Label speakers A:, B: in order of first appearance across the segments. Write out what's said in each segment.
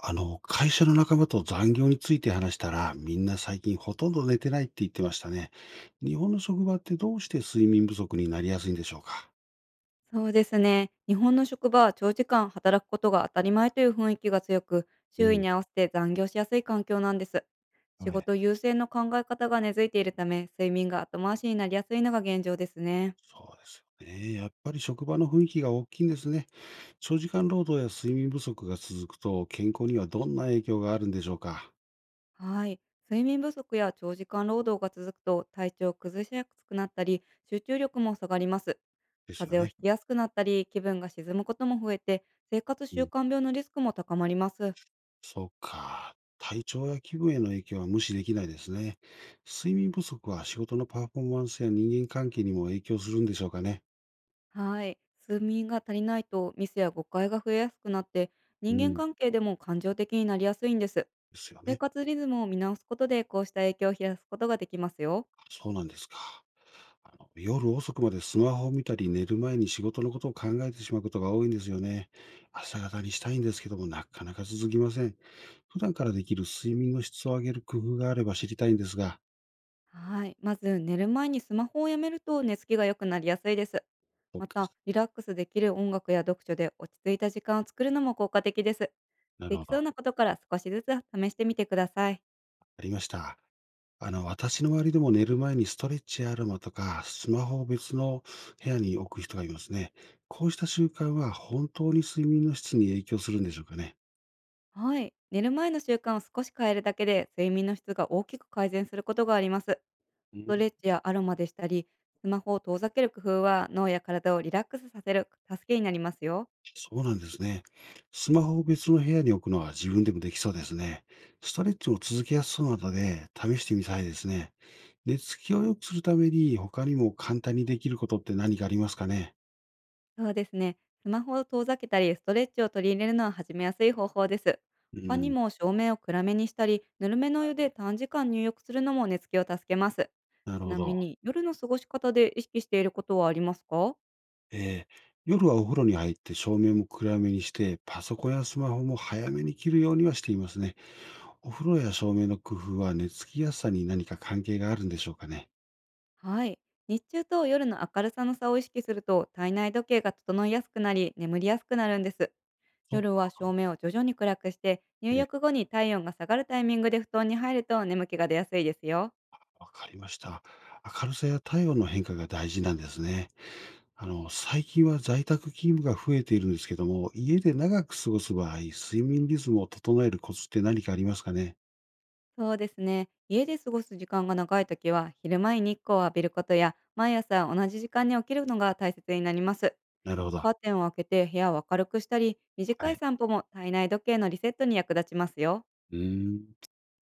A: 会社の仲間と残業について話したら、みんな最近ほとんど寝てないって言ってましたね。日本の職場ってどうして睡眠不足になりやすいんでしょうか。
B: そうですね。日本の職場は長時間働くことが当たり前という雰囲気が強く、
A: う
B: 周囲
A: ん。
B: に合わせて残業しやすい環境なんです。仕
A: はい。
B: 事優先の考え方が根付いているため、睡眠が後回しになりやすいのが現状ですね。
A: そうですよね。やっぱり職場の雰囲気が大きいんですね。長時間労働や睡眠不足が続くと、健康にはどんな影響があるんでしょうか。
B: はい。睡眠不足や長時間労働が続くと体調を崩しやすくなったり、集中力も下がります。
A: です
B: 風
A: よ
B: 邪を
A: ね。
B: ひきやすくなったり、気分が沈むことも増えて、生活
A: う
B: 習
A: ん。
B: 慣病のリスクも高まります。
A: そうか。体調や気分への影響は無視できないですね。睡眠不足は仕事のパフォーマンスや人間関係にも影響するんでしょうかね。
B: はい。睡眠が足りないとミスや誤解が増えやすくなって、
A: う
B: 人間
A: ん。
B: 関係でも感情的になりやすいんです。
A: ですよ
B: 生
A: ね。
B: 活リズムを見直すことで、こうした影響を減らすことができますよ。
A: そうなんですか。夜遅くまでスマホを見たり、寝る前に仕事のことを考えてしまうことが多いんですよね。朝方にしたいんですけども、なかなか続きません。普段からできる睡眠の質を上げる工夫があれば知りたいんですが。
B: はい。まず寝る前にスマホをやめると、寝つきが良くなりやすいです。
A: そっ
B: ま
A: か。
B: たリラックスできる音楽や読書で落ち着いた時間を作るのも効果的です。
A: な
B: で
A: るほ
B: きそう
A: ど。
B: なことから少しずつ試してみてください。
A: ありました。私の周りでも寝る前にストレッチやアロマとか、スマホを別の部屋に置く人がいますね。こうした習慣は本当に睡眠の質に影響するんでしょうかね。
B: はい。寝る前の習慣を少し変えるだけで、睡眠の質が大きく改善することがあります。ストレッチやアロマでしたり、スマホを遠ざける工夫は、脳や体をリラックスさせる助けになりますよ。
A: そうなんですね。スマホを別の部屋に置くのは自分でもできそうですね。ストレッチも続けやすそうなので、試してみたいですね。寝つきを良くするために、他にも簡単にできることって何かありますかね。
B: そうですね。スマホを遠ざけたり、ストレッチを取り入れるのは始めやすい方法です。
A: う
B: 他に
A: ん、
B: も照明を暗めにしたり、ぬるめのお湯で短時間入浴するのも寝つきを助けます。
A: なる
B: ち
A: ほ
B: なみ
A: ど。
B: に、夜の過ごし方で意識していることはありますか？
A: えー、夜はお風呂に入って照明も暗めにして、パソコンやスマホも早めに切るようにはしていますね。お風呂や照明の工夫は寝つきやすさに何か関係があるんでしょうかね。
B: はい。日中と夜の明るさの差を意識すると、体内時計が整いやすくなり、眠りやすくなるんです。
A: そっ
B: 夜は
A: か。
B: 照明を徐々に暗くして、入
A: えー、
B: 浴後に体温が下がるタイミングで布団に入ると、眠気が出やすいですよ。
A: わかりました。明るさや体温の変化が大事なんですね。最近は在宅勤務が増えているんですけども、家で長く過ごす場合、睡眠リズムを整えるコツって何かありますかね。
B: そうですね。家で過ごす時間が長い時は、昼前に日光を浴びることや、毎朝同じ時間に起きるのが大切になります。
A: なるほ
B: カ
A: ど。
B: ーテンを開けて部屋を明るくしたり、短
A: は
B: い
A: い。
B: 散歩も体内時計のリセットに役立ちますよ。
A: うーん。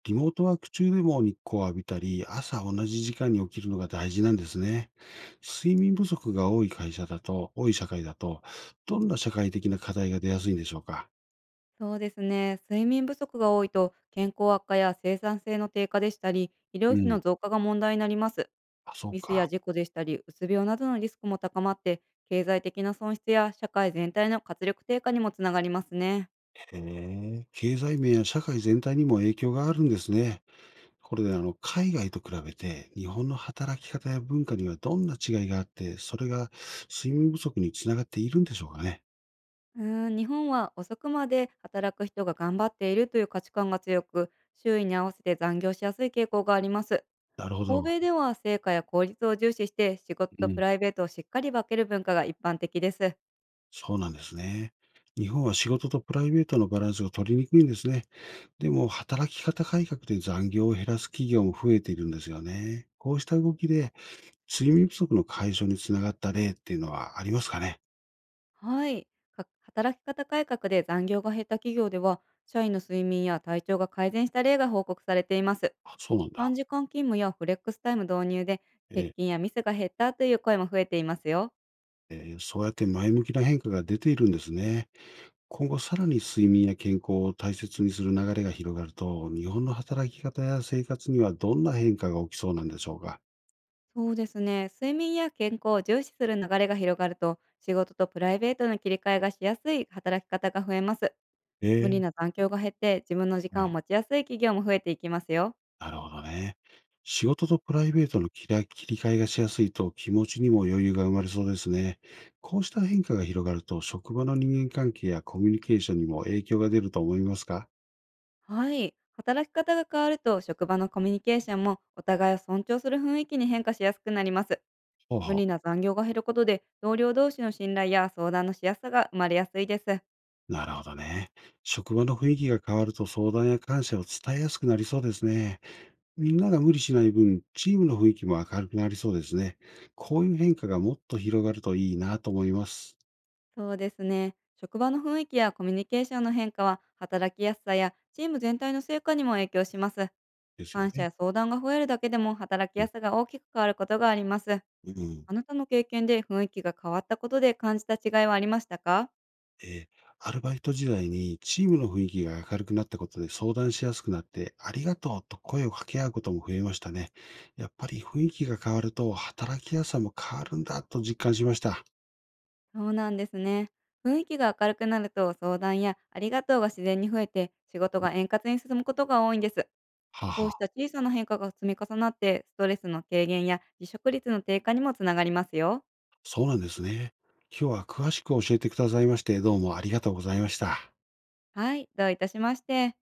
A: リモートワーク中でも日光を浴びたり、朝同じ時間に起きるのが大事なんですね。睡眠不足が多い会社だと、多い社会だと、どんな社会的な課題が出やすいんでしょうか。
B: そうですね。睡眠不足が多いと、健康悪化や生産性の低下でしたり、医療
A: う
B: 費の
A: ん。
B: 増加が問題になります。
A: あ、そう
B: ミスや
A: か。
B: 事故でしたり、うつ病などのリスクも高まって、経済的な損失や社会全体の活力低下にもつながりますね。
A: へえ。経済面や社会全体にも影響があるんですね。これで海外と比べて、日本の働き方や文化にはどんな違いがあって、それが睡眠不足につながっているんでしょうかね。
B: うーん、日本は遅くまで働く人が頑張っているという価値観が強く、周囲に合わせて残業しやすい傾向があります。
A: なるほ
B: 欧
A: ど。
B: 米では成果や効率を重視して、仕事
A: う
B: とプ
A: ん。
B: ライベートをしっかり分ける文化が一般的です。
A: そうなんですね。日本は仕事とプライベートのバランスが取りにくいんですね。でも、働き方改革で残業を減らす企業も増えているんですよね。こうした動きで、睡眠不足の解消につながった例っていうのはありますかね。
B: はい。働き方改革で残業が減った企業では、社員の睡眠や体調が改善した例が報告されています。
A: あ、そうなんだ。
B: 短時間勤務やフレックスタイム導入で、欠
A: ええ。
B: 勤やミスが減ったという声も増えていますよ。
A: ええ、そうやって前向きな変化が出ているんですね。今後さらに睡眠や健康を大切にする流れが広がると、日本の働き方や生活にはどんな変化が起きそうなんでしょうか。
B: そうですね。睡眠や健康を重視する流れが広がると、仕事とプライベートの切り替えがしやすい働き方が増えます。無理
A: え
B: な
A: え。
B: 残業が減って、自分の時間
A: は
B: を
A: い。
B: 持ちやすい企業も増えていきますよ。
A: なるほどね。仕事とプライベートの切り替えがしやすいと気持ちにも余裕が生まれそうですね。こうした変化が広がると、職場の人間関係やコミュニケーションにも影響が出ると思いますか。
B: はい。働き方が変わると、職場のコミュニケーションもお互いを尊重する雰囲気に変化しやすくなります。
A: ほう
B: 無
A: ほう。
B: 理な残業が減ることで、同僚同士の信頼や相談のしやすさが生まれやすいです。
A: なるほどね。職場の雰囲気が変わると相談や感謝を伝えやすくなりそうですね。みんなが無理しない分、チームの雰囲気も明るくなりそうですね。こういう変化がもっと広がるといいなと思います。
B: そうですね。職場の雰囲気やコミュニケーションの変化は、働きやすさやチーム全体の成果にも影響します。
A: ですよ
B: 感謝や
A: ね。
B: 相談が増えるだけでも、働き
A: う
B: や
A: ん。
B: すさが大きく変わることがあります。
A: うん。
B: あなたの経験で雰囲気が変わったことで感じた違いはありましたか？
A: えー、アルバイト時代にチームの雰囲気が明るくなったことで相談しやすくなって、ありがとうと声を掛け合うことも増えましたね。やっぱり雰囲気が変わると働きやすさも変わるんだと実感しました。
B: そうなんですね。雰囲気が明るくなると、相談やありがとうが自然に増えて、仕事が円滑に進むことが多いんです。
A: はあ、
B: こ
A: は
B: うし
A: あ、
B: た小さな変化が積み重なって、ストレスの軽減や離職率の低下にもつながりますよ。
A: そうなんですね。今日は詳しく教えてくださいまして、どうもありがとうございました。
B: はい、どういたしまして。